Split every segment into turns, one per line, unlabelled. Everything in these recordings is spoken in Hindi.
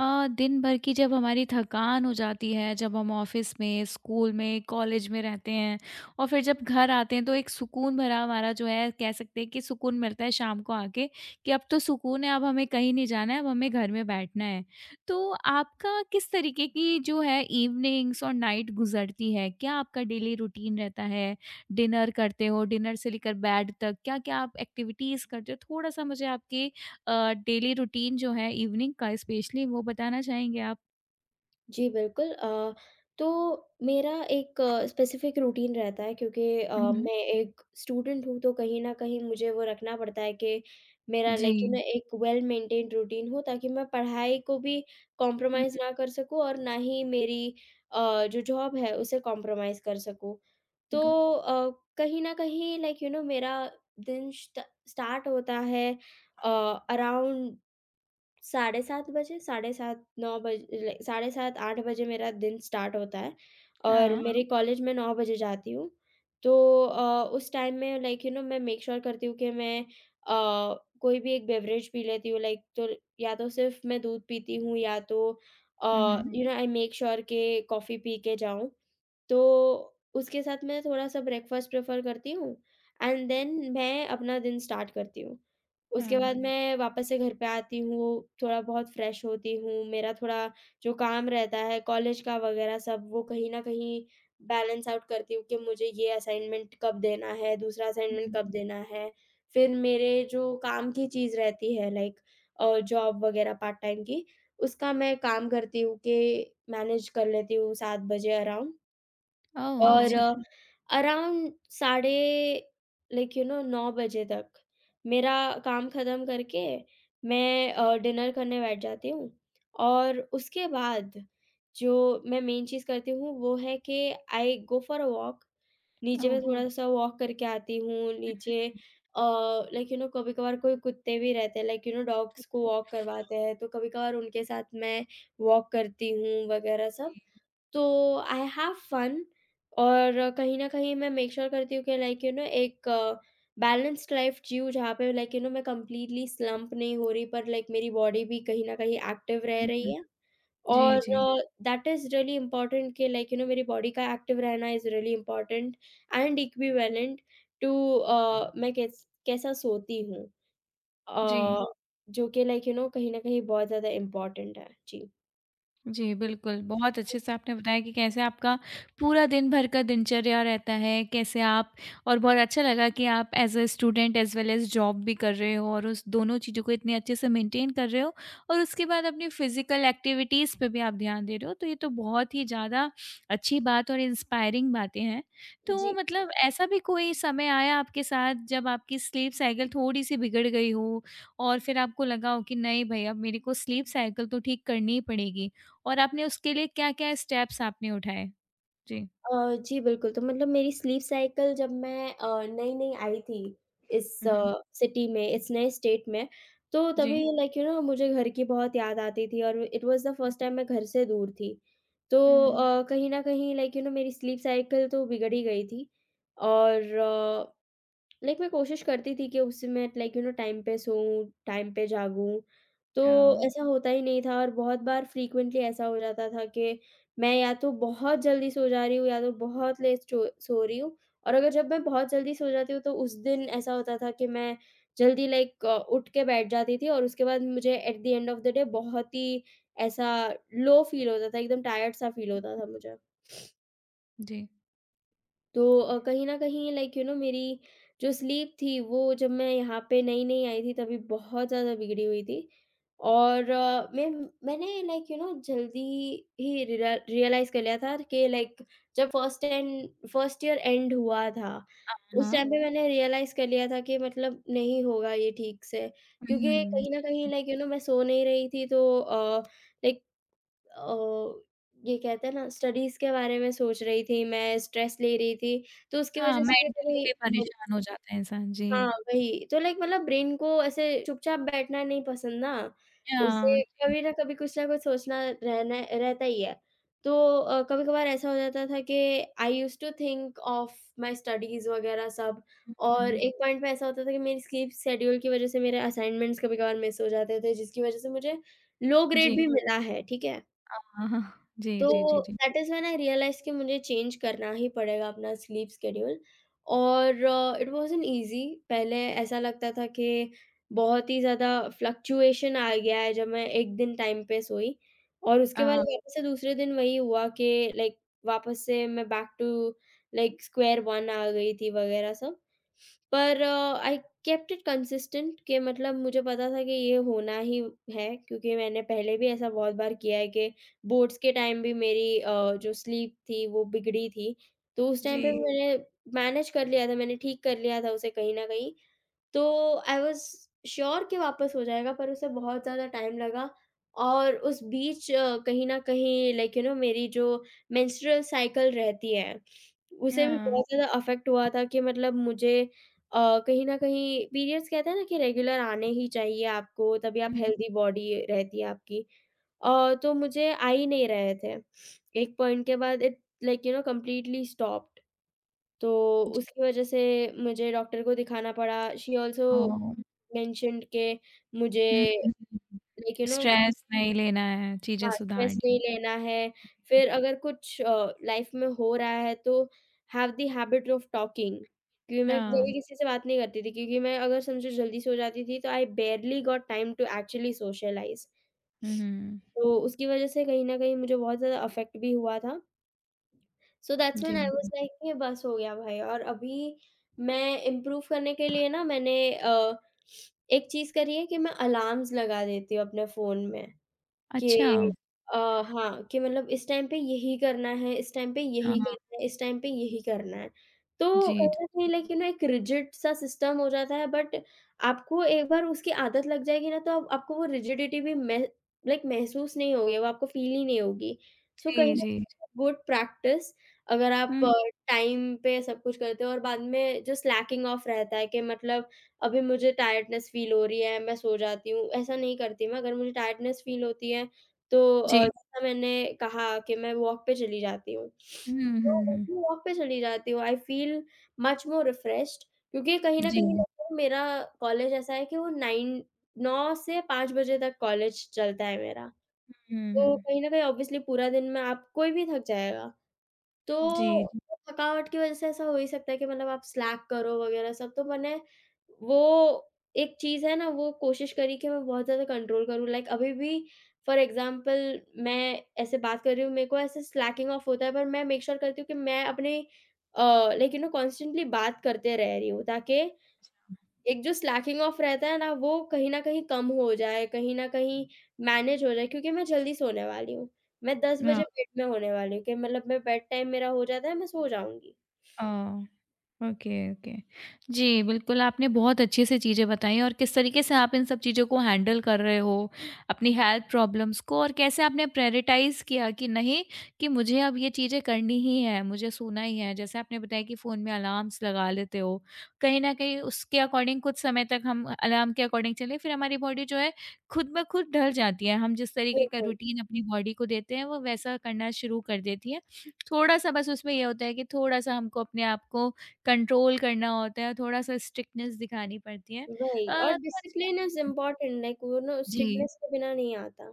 दिन भर की जब हमारी थकान हो जाती है, जब हम ऑफ़िस में, स्कूल में, कॉलेज में रहते हैं और फिर जब घर आते हैं तो एक सुकून भरा हमारा जो है कह सकते हैं कि सुकून मिलता है शाम को आके कि अब तो सुकून है, अब हमें कहीं नहीं जाना है, अब हमें घर में बैठना है। तो आपका किस तरीके की जो है इवनिंग्स और नाइट गुज़रती है? क्या आपका डेली रूटीन रहता है? डिनर करते हो, डिनर से लेकर बेड तक क्या-क्या आप एक्टिविटीज़ करते हो? थोड़ा-सा मुझे आपके डेली रूटीन जो है इवनिंग का स्पेशली वो बताना चाहेंगे आप?
जी, बिल्कुल तो मेरा एक स्पेसिफ़िक रूटीन रहता है, क्योंकि
हुँ, हुँ।
मैं एक स्टूडेंट हूँ, तो कहीं न कहीं मुझे वो रखना पड़ता है कि मेरा
जी।
लाइक यू नो एक वेल मेंटेन्ड रूटीन हो, ताकि मैं पढ़ाई को भी
हुँ,
कॉम्प्रोमाइज़ ना कर सकूँ और ना ही मेरी जो जॉब है उसे कॉम्प्रोमाइज़ कर सकूँ।
ग
तो अ, कहीं न कहीं लाइक यू नो मेरा दिन श्ट स्टार्ट होता है अ, अराउंड साढ़े 7 बजे, साढ़े 7 9 बजे, लाइक साढ़े 7 8 बजे मेरा दिन स्टार्ट होता है। और हाँ।
हाँ।
मेरे कॉलेज में 9 बजे जाती हूँ। तो उस टाइम में लाइक यू नो मैं मेक श्योर करती हूँ कि मैं कोई भी एक बेवरेज पी लेती हूँ, लाइक, तो या तो सिर्फ़ मैं दूध पीती हूँ, या तो uh,
hmm,
hmm,
hmm,
hmm. You know I make sure के कॉफ़ी पी के जाऊँ। तो उसके साथ मैं थोड़ा-सा ब्रेकफ़ास्ट प्रेफ़र करती हूँ, एंड देन मैं अपना दिन स्टार्ट करती हूँ। उसके
हाँ।
बाद हुँ। मैं वापस से घर पे आती हूँ, थोड़ा-बहुत फ्रेश होती हूँ, मेरा थोड़ा जो काम रहता है कॉलेज का वगैरह सब, वो कहीं न कहीं बैलेंस आउट करती हूँ कि मुझे ये असाइनमेंट कब देना है, दूसरा असाइनमेंट
हुँ।
कब देना है। फिर मेरे जो काम की चीज़ रहती है, लाइक, जॉब वगैरह पार्ट टाइम की, उसका मैं काम करती हूँ कि मैनेज कर लेती हूँ 7 बजे अराउंड।
ओह!
और
अच्छा,
ओह! अराउंड साढ़े, लाइक यू नो, 9 बजे तक मेरा काम ख़त्म करके मैं डिनर करने बैठ जाती हूँ। और उसके बाद जो मैं मेन चीज़ करती हूँ वो है कि आई गो फॉर अ वॉक। नीचे
ओह!
मैं हुँ। थोड़ा-सा वॉक करके आती हूँ, नीचे अ, लाइक यू नो कभी-कभार कोई कुत्ते भी रहते हैं, लाइक यू नो डॉग्स को वॉक करवाते हैं, तो कभी-कभार उनके साथ मैं वॉक करती हूँ वगैरह सब।
जी।
तो आई हैव फन, और कहीं न कहीं मैं मेक श्योर करती हूँ कि लाइक यू नो एक बैलेंस्ड लाइफ़ जीऊँ, जहाँ पे लाइक यू नो मैं कंप्लीटली स्लंप नहीं हो रही, पर लाइक मेरी बॉडी भी कहीं न कहीं एक्टिव रह
हुँ, हुँ।
रही है।
जी,
और
जी,
दैट इज़ रियली इम्पोर्टेंट कि लाइक यू नो मेरी बॉडी का एक्टिव रहना is really important and equivalent to मैं कैसा सोती हूँ,
जी।
अ, जो कि लाइक यू नो कहीं न कहीं बहुत ज़्यादा इम्पोर्टेंट है। जी।
जी, बिल्कुल। बहुत अच्छे से आपने बताया कि कैसे आपका पूरा दिन भर का दिनचर्या रहता है, कैसे आप और बहुत अच्छा लगा कि आप as a student as well as job भी कर रहे हो और उस दोनों चीज़ों को इतने अच्छे से मेंटेन कर रहे हो और उसके बाद अपनी फ़िज़िकल एक्टिविटीज़ पे भी आप ध्यान दे रहे हो। तो ये तो बहुत ही ज़्यादा अच्छी बात और इंस्पायरिंग बातें हैं। तो
जी।
मतलब ऐसा भी कोई समय आया आपके साथ जब आपकी स्लीप साइकिल थोड़ी-सी बिगड़ गई हो और फिर आपको लगा हो कि नहीं भई अब मेरे को स्लीप साइकिल तो ठीक करनी ही पड़ेगी? और आपने उसके लिए क्या-क्या स्टेप्स आपने उठाए? जी।
जी, बिल्कुल, तो मतलब मेरी स्लीप साइकिल जब मैं नई-नई आई थी इस
हुँ, हुँ।
सिटी में, इस नए स्टेट में, तो
जी।
तभी लाइक यू नो मुझे घर की बहुत याद आती थी, और it was the
hmm,
first time मैं घर से दूर थी। तो
हुँ।
कहीं न कहीं लाइक यू नो मेरी स्लीप साइकिल तो बिगड़ ही गई थी, और लाइक मैं कोशिश करती थी कि उससे मैं लाइक यू नो टाइम पे सोऊँ, टाइम पे जागूँ,
अ,
तो ऐसा होता ही नहीं था, और बहुत बार फ्रीक्वेंटली ऐसा हो जाता था कि मैं या तो बहुत जल्दी सो जा रही हूँ, या तो बहुत लेट सो रही हूँ। और अगर जब मैं बहुत जल्दी सो जाती हूँ, तो उस दिन ऐसा होता था कि मैं जल्दी, लाइक, उठ के बैठ जाती थी, और उसके बाद मुझे at the end of the day बहुत ही ऐसा लो फील होता था, एकदम टायर्ड सा फील होता था मुझे।
जी।
तो कहीं न कहीं लाइक यू नो मेरी जो स्लीप थी वो, जब मैं यहाँ पे नई-नई आई थी, तभी बहुत ज़्यादा बिगड़ी हुई थी। और मैंने लाइक यू नो जल्दी ही रिला रियलाइज़ कर लिया था कि, लाइक, जब फर्स्ट ईयर एंड हुआ था, उस
हाँ।
टाइम पे, अच्छा। मैंने रियलाइज़ कर लिया था कि मतलब नहीं होगा ये ठीक से। क्योंकि
हुँ,
कहीं न कहीं
जी।
लाइक यू नो मैं सो नहीं रही थी, तो लाइक अ, ये कहते हैं ना, स्टडीज़ के बारे में सोच रही थी मैं, स्ट्रेस ले रही थी, तो उसकी
हाँ, हुँ।
वज़ह से मेरे को
मेंटली
भी
भी
म
परेशान हो जाता है इंसान।
हाँ,
जी।
वही। तो, लाइक, मतलब ब्रेन को ऐसे चुपचाप बैठना नहीं पसंद ना,
हाँ,
उसे
जी।
कभी ना कभी कुछ ना कुछ सोचना रहना रहता ही है। तो कभी-कभार ऐसा हो जाता था कि I used to think of my studies वग़ैरह सब, और
हुँ।
एक पॉइंट पे ऐसा होता था कि मेरी स्लीप शेड्यूल की वज़ह से मेरे असाइनमेंट्स कभी-कभार मिस हो जाते थे, जिसकी वज़ह से मुझे लो ग्रेड
जी।
भी मिला है, ठीक है?
अ, जी,
तो
जी, जी, जी।
That is when I realise कि मुझे चेंज करना ही पड़ेगा अपना स्लीप शेड्यूल, और इट वाज़न्ट ईज़ी। पहले ऐसा लगता था कि बहुत ही ज़्यादा फ्लक्चुएशन आ गया है जब मैं एक दिन टाइम पे सोई, और उसके बाद
अ,
वापस से दूसरे दिन वही हुआ कि, लाइक, वापस से मैं back to, like, square one आ गई थी वगैरह सब। पर आई केप्ट इट कंसिस्टेंट, के मतलब मुझे पता था कि ये होना ही है, क्योंकि मैंने पहले भी ऐसा बहुत बार किया है कि बोर्ड्स के टाइम भी मेरी जो स्लीप थी वो बिगड़ी थी। तो उस
जी।
टाइम पे मैंने मैनेज कर लिया था, मैंने ठीक कर लिया था उसे कहीं न कहीं, तो आई वॉज़ श्योर कि वापस हो जाएगा, पर उसे बहुत ज़्यादा टाइम लगा। और उस बीच कहीं न कहीं लाइक यू नो मेरी जो मेंस्ट्रुअल साइकिल रहती है, उसे भी
हाँ।
बहुत ज़्यादा अफ़ेक्ट हुआ था कि मतलब मुझे कहीं न कहीं, पीरियड्स कहते हैं ना, कि रेगुलर आने ही चाहिए आपको, तभी आप,
हुँ,
हेल्दी बॉडी रहती है आपकी। तो मुझे आ ही नहीं रहे थे। एक पॉइंट के बाद it, like you know, completely stopped, तो
जी।
उसकी वज़ह से मुझे डॉक्टर को दिखाना पड़ा। She also
oh!
मेंशन्ड के मुझे,
hmm, hmm.
Like you know,
stress नहीं लेना है, चीज़ें
हाँ, स्ट्रेस
सुधारनी
नहीं
है।
लेना है। फिर अगर कुछ लाइफ में हो रहा है तो have the habit of talking, क्योंकि मैं हुँ। कभी
हाँ।
किसी से बात नहीं करती थी, क्योंकि मैं, अगर समझो, जल्दी सो जाती थी तो I barely got time to actually socialise.
Hmm, hmm.
तो उसकी वज़ह से कहीं न कहीं मुझे बहुत ज़्यादा अफ़ेक्ट भी हुआ था। सो दैट्स व्हेन
जी।
आई वाज़ लाइक कि बस हो गया भाई, और अभी मैं इम्प्रूव करने के लिए ना, मैंने एक चीज़ करी है कि मैं अलार्म्स लगा देती हूँ अपने फ़ोन में। कि
अच्छा।
अ, हाँ, कि मतलब इस टाइम पे यही करना है, इस टाइम पे यही
हाँ,
करना है, इस टाइम पे यही करना है। तो कहीं
जी,
न कहीं लाइक यू नो एक रिजिड सा सिस्टम हो जाता है, बट आपको एक बार उसकी आदत लग जाएगी ना, तो अब आपको वो रिजिडिटी भी मह लाइक महसूस नहीं होगी, वो आपको फ़ील ही नहीं होगी। सो कहीं
जी,
न
जी।
कहीं गुड प्रैक्टिस, अगर आप
हुँ,
टाइम पे सब कुछ करते हो, और बाद में जो स्लैकिंग ऑफ रहता है कि मतलब अभी मुझे टायर्डनेस फ़ील हो रही है, मैं सो जाती हूँ, ऐसा नहीं करती मैं। अगर मुझे टायर्डनेस फ़ील होती है तो
जी।
जैसा मैंने कहा कि मैं वॉक पे चली जाती हूँ।
हुँ,
तो
हुँ, हुँ।
जब मैं वॉक पे चली जाती हूँ, I feel much more refreshed, क्योंकि कहीं न
जी।
कहीं
जी।
लगता है मेरा कॉलेज ऐसा है कि वो 9 9 से 5 बजे तक कॉलेज चलता है मेरा।
हुँ,
तो
हुँ।
कहीं न कहीं ऑब्वियसली पूरा दिन में आप कोई भी थक जाएगा। तो, हुँ,
जी,
हुँ। थकावट की वजह से ऐसा हो ही सकता है कि मतलब आप स्लैक करो वगैरह सब, तो मैंने, वो एक चीज़ है ना, वो कोशिश करी कि मैं बहुत ज़्यादा कंट्रोल करूँ। लाइक, अभी भी, फॉर एग्ज़ाम्पल, मैं ऐसे बात कर रही हूँ, मेरे को ऐसे स्लैकिंग ऑफ होता है, पर मैं मेक श्योर करती हूँ कि मैं अपने uh, like you know constantly बात करते रह रही हूँ, ताकि एक जो स्लैकिंग ऑफ रहता है ना, वो कहीं न कहीं कम हो जाए, कहीं न कहीं मैनेज हो जाए, क्योंकि मैं जल्दी सोने वाली हूँ। मैं 10
हाँ,
बजे बेड में होने वाली हूँ, कि मतलब मैं, बेड टाइम मेरा हो जाता है, मैं सो जाऊँगी।
अ, ओके ओके। जी बिल्कुल आपने बहुत अच्छे से चीज़ें बताई और किस तरीके से आप इन सब चीज़ों को हैंडल कर रहे हो अपनी हेल्थ प्रॉब्लम्स को और कैसे आपने प्रायोरिटाइज किया कि नहीं कि मुझे अब ये चीज़ें करनी ही है मुझे सोना ही है जैसे आपने बताया कि फ़ोन में अलार्म्स लगा लेते हो कहीं ना कहीं उसके अकॉर्डिंग कुछ समय तक हम अलार्म के अकॉर्डिंग चले फिर हमारी बॉडी जो है खुद ब खुद ढल जाती है हम जिस तरीके का
बिल्कुल,
रूटीन अपनी बॉडी को देते हैं वो वैसा करना शुरू कर देती है। थोड़ा सा बस उसमें यह होता है कि थोड़ा सा हमको अपने आप को कंट्रोल करना होता है, थोड़ा-सा स्ट्रिक्टनेस दिखानी पड़ती है।
वही, और
अच्छा
डिसिप्लिन इज़ इम्पोर्टेंट, लाइक, वो ना
जी।
स्ट्रिक्टनेस के बिना नहीं आता।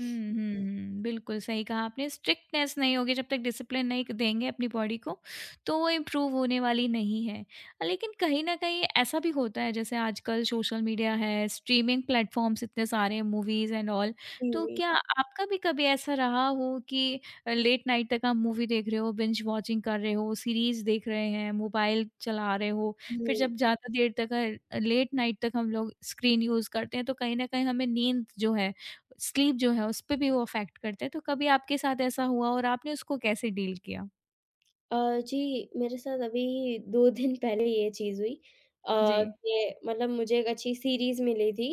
हुँ, हुँ, हुँ। बिल्कुल सही कहा आपने स्ट्रिक्टनेस नहीं होगी जब तक डिसिप्लिन नहीं देंगे अपनी बॉडी को, तो वो इम्प्रूव होने वाली नहीं है। लेकिन कहीं न कहीं ऐसा भी होता है जैसे आजकल सोशल मीडिया है, स्ट्रीमिंग प्लेटफ़ॉर्म्स इतने सारे हैं मूवीज़ एंड ऑल,
जी,
तो
जी।
क्या आपका भी कभी ऐसा रहा हो कि लेट नाइट तक आप मूवी देख रहे हो, बिंज वॉचिंग कर रहे हो, सीरीज़ देख रहे हैं, मोबाइल चला रहे हो, फिर
हुँ।
जब ज़्यादा देर तक लेट नाइट तक हम लोग स्क्रीन यूज़ करते हैं तो कहीं न कहीं हमें नींद जो है स्लीप जो है, उसपे भी वो अफ़ेक्ट करता है। तो कभी आपके साथ ऐसा हुआ और आपने उसको कैसे डील किया?
जी, मेरे साथ अभी 2 दिन पहले ये चीज़ हुई, अ,
जी।
कि मतलब मुझे एक अच्छी सीरीज़ मिली थी,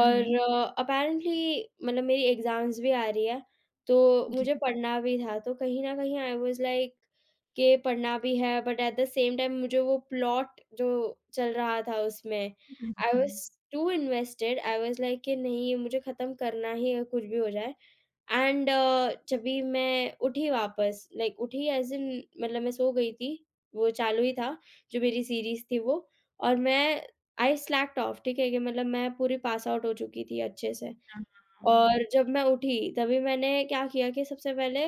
हुँ, हुँ।
अपैरेंटली मतलब मेरी एग्ज़ाम्स भी आ रही है, तो
जी।
मुझे पढ़ना भी था, तो कहीं न कहीं आई वाज़ लाइक कि पढ़ना भी है, but at the same time मुझे वो प्लॉट जो चल रहा था उसमें,
hmm,
I hmm. Was
hmm.
Too invested, I was like कि नहीं, ये मुझे ख़त्म करना ही है, कुछ भी हो जाए। एंड जभी मैं उठी वापस, लाइक उठी, एज़ इन, मतलब मैं सो गई थी, वो चालू ही था, जो मेरी सीरीज़ थी वो, और मैं आई स्लैक्ड ऑफ, ठीक है? कि मतलब मैं पूरी पास आउट हो चुकी थी अच्छे से।
हाँ।
और जब मैं उठी तभी मैंने क्या किया कि सबसे पहले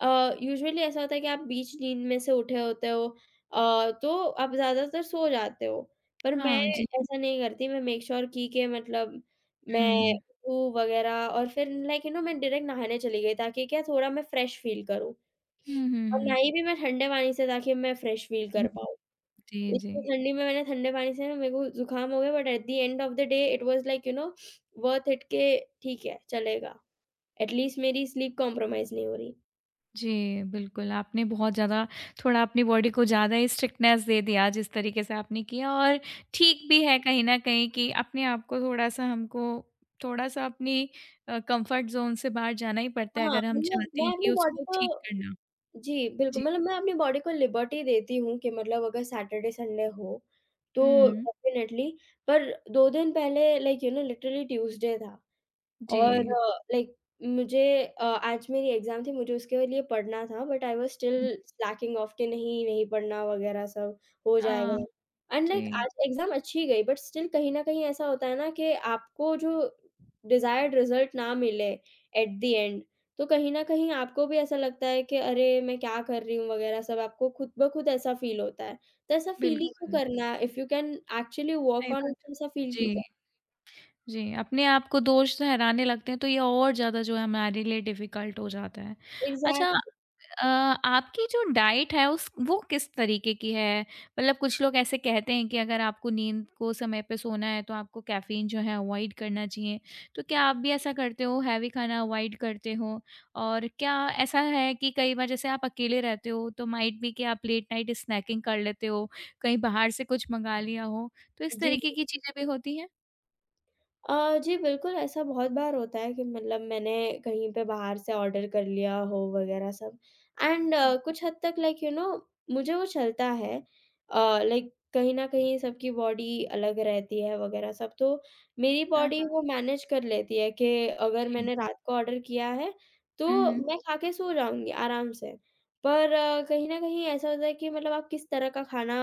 यूजुअली ऐसा होता है कि आप बीच नींद में से उठे होते हो, तो आप ज़्यादातर सो जाते हो। पर मैं
हाँ, जी।
ऐसा नहीं करती, मैं मेक श्योर की कि मतलब मैं
हुँ।
उठूँ वगैरह और फिर लाइक यू नो मैं डायरेक्ट नहाने चली गई ताकि क्या थोड़ा मैं फ्रेश फील करूँ।
हुँ, हुँ,
और
हुँ।
नहाई भी मैं ठंडे पानी से ताकि मैं फ्रेश फील कर पाऊँ।
जी, जी।
इतनी ठंडी में मैंने ठंडे पानी से मेरे को ज़ुकाम हो गया, but at the end of the day it was like you know worth it के ठीक है चलेगा। एटलीस्ट मेरी स्लीप कॉम्प्रोमाइज़ नहीं हो रही।
जी, बिल्कुल, आपने बहुत ज़्यादा थोड़ा अपनी बॉडी को ज़्यादा ही स्ट्रिक्टनेस दे दिया जिस तरीके से आपने किया और ठीक भी है कहीं न कहीं कि अपने आप को थोड़ा-सा हमको थोड़ा-सा अपनी कम्फ़र्ट ज़ोन से बाहर जाना ही पड़ता है
हाँ,
अगर हम
मतलब
चाहते
मैं
हैं कि
अपनी बॉडी
उसको ठीक
को,
करना।
जी,
जी।
बिल्कुल मतलब मैं अपनी बॉडी को लिबर्टी देती हूँ कि मतलब अगर सैटरडे संडे हो, तो हुँ।
हुँ।
डेफ़िनेटली। पर 2 दिन पहले like you know literally Tuesday था।
जी।
और लाइक मुझे आज मेरी एग्ज़ाम थी, मुझे उसके लिए पढ़ना था, but I was still slacking off कि नहीं, नहीं पढ़ना वग़ैरह सब, हो जाएगा।
हाँ,
हुँ। एंड लाइक
जी,
आज एग्ज़ाम अच्छी गई, बट स्टिल कहीं न कहीं ऐसा होता है ना कि आपको जो डिज़ायर्ड रिज़ल्ट ना मिले एट द एंड, तो कहीं न कहीं आपको भी ऐसा लगता है कि अरे! मैं क्या कर रही हूँ वग़ैरह सब, आपको खुद ब खुद ऐसा फ़ील होता है। तो ऐसा फ़ील ही हुँ। क्यों
बिल्कुल,
करना, if you can actually work
सही
ऑन
बात
इट,
है।
तो ऐसा फ़ील क्यों करना?
जी। जी, अपने आप को दोष ठहराने लगते हैं तो ये और ज़्यादा जो है हमारे लिए डिफ़िकल्ट हो जाता है। अच्छा
एग्ज़ैक्टली।
आपकी जो डाइट है उस वो किस तरीके की है? मतलब कुछ लोग ऐसे कहते हैं कि अगर आपको नींद को समय पे सोना है तो आपको कैफ़ीन जो है अवॉइड करना चाहिए। तो क्या आप भी ऐसा करते हो, हैवी खाना अवॉइड करते हो? और क्या ऐसा है कि कई बार जैसे आप अकेले रहते हो तो माइट बी कि आप लेट नाइट स्नैकिंग कर लेते हो, कहीं बाहर से कुछ मँगा लिया हो, तो इस
जी।
तरीके की चीज़ें भी होती हैं?
जी बिल्कुल, ऐसा बहुत बार होता है कि मतलब मैंने कहीं पे बाहर से ऑर्डर कर लिया हो वगैरह सब एंड कुछ हद तक लाइक यू नो मुझे वो चलता है। लाइक कहीं न कहीं सबकी बॉडी अलग रहती है वगैरह सब, तो मेरी
हाँ,
बॉडी
हाँ,
वो मैनेज कर लेती है कि अगर
जी।
मैंने रात को ऑर्डर किया है,
हुँ,
तो
हुँ।
मैं खा के सो जाऊँगी आराम से। पर कहीं न कहीं ऐसा होता है कि मतलब आप किस तरह का खाना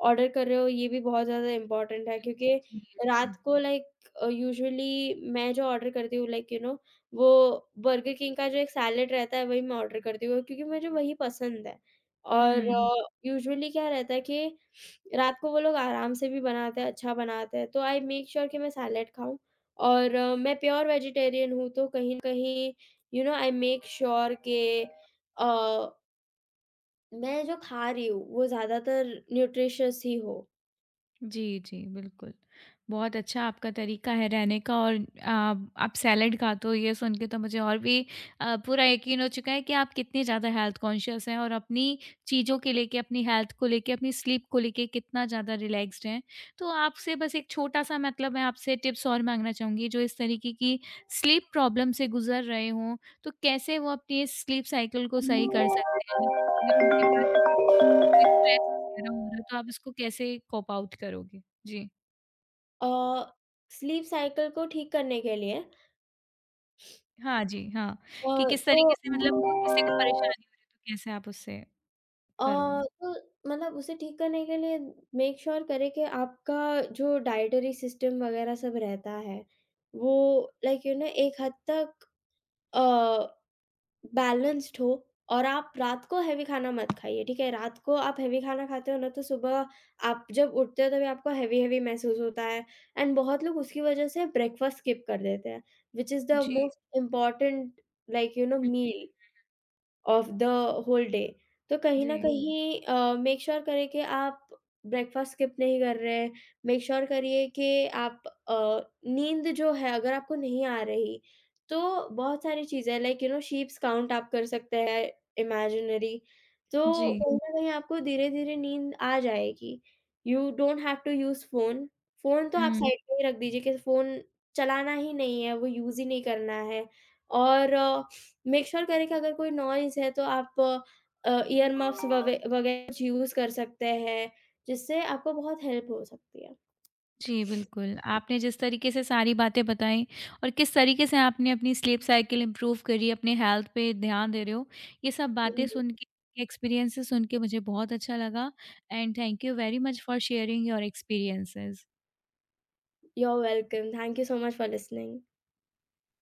ऑर्डर कर रहे हो, ये भी बहुत ज़्यादा इम्पोर्टेंट है,
बिल्कुल,
क्योंकि
जी, जी।
रात को लाइक यूजुअली मैं जो ऑर्डर करती हूँ लाइक यू नो वो बर्गर किंग का जो एक सैलेड रहता है वही मैं ऑर्डर करती हूँ, क्योंकि मुझे वही पसंद है। और
हुँ,
यूजुअली क्या रहता है कि रात को वो लोग आराम से भी बनाते हैं, अच्छा बनाते हैं, तो आई मेक श्योर कि मैं सैलेड खाऊँ। और मैं प्योर वेजिटेरियन हूँ, तो कहीं न कहीं you know I make sure के मैं जो खा रही हूँ वो ज़्यादातर न्यूट्रिशियस ही हो।
जी, जी, बिल्कुल। बहुत अच्छा आपका तरीका है रहने का और आप सैलेड खाते हो ये सुन के तो मुझे और भी पूरा यकीन हो चुका है कि आप कितने ज़्यादा हेल्थ कॉन्शियस हैं और अपनी चीज़ों के लेके, अपनी हेल्थ को लेके, अपनी स्लीप को लेके कितना ज़्यादा रिलैक्स्ड हैं। तो आपसे बस एक छोटा-सा मतलब मैं आपसे टिप्स और माँगना चाहूँगी जो इस तरीके की स्लीप प्रॉब्लम से गुज़र रहे हों, तो कैसे वो अपनी स्लीप साइकिल को सही कर सकते हैं? या उनके कोई स्ट्रेस वगैरह हो रहा है तो आप इसको कैसे कॉप आउट करोगे? जी।
अ, स्लीप साइकिल को ठीक करने के लिए
हाँ जी, हाँ,
अ,
कि किस
तो
तरीके से मतलब किसी को परेशानी हो रही है तो कैसे आप उससे
अ,
करोगे?
तो मतलब उसे ठीक करने के लिए मेक श्योर sure करें कि आपका जो डाइटरी सिस्टम वगैरह सब रहता है, वो लाइक यू नो एक हद तक अ, बैलेंस्ड हो। और आप रात को हेवी खाना मत खाइए, ठीक है? रात को आप हेवी खाना खाते हो ना, तो सुबह आप जब उठते हो तभी आपको हेवी-हेवी महसूस होता है। एंड बहुत लोग उसकी वजह से ब्रेकफ़ास्ट स्किप कर देते हैं, व्हिच इज़ द
जी।
Most important like you know
हुँ,
meal of the whole day. तो कहीं न हुँ।
जी,
कहीं मेक श्योर करें कि आप ब्रेकफ़ास्ट स्किप नहीं कर रहे हैं। मेक श्योर करिए कि आप अ, नींद जो है अगर आपको नहीं आ रही, तो बहुत सारी चीज़ें like you know sheeps count आप कर सकते हैं इमेजिनरी।
जी।
तो कहीं हुँ। न कहीं आपको धीरे-धीरे नींद आ जाएगी। You don't have to use phone. Phone तो आप
हुँ,
हुँ। साइड में ही रख दीजिए कि फ़ोन चलाना ही नहीं है, वो यूज़ ही नहीं करना है। और मेक श्योर करें कि अगर कोई नॉइज़ है तो आप ईयर मफ़्स ववे वगैरह कुछ यूज़ कर सकते हैं, जिससे आपको बहुत हेल्प हो सकती है।
जी, बिल्कुल। आपने जिस तरीके से सारी बातें बताई और किस तरीके से आपने अपनी स्लीप साइकिल इम्प्रूव करी, अपने हेल्थ पे ध्यान दे रहे हो, ये सब बातें
हुँ,
सुन के, एक्सपीरियंसेस सुन के मुझे बहुत अच्छा लगा and thank you very much for sharing your experiences.
You are welcome, thank you so much for listening.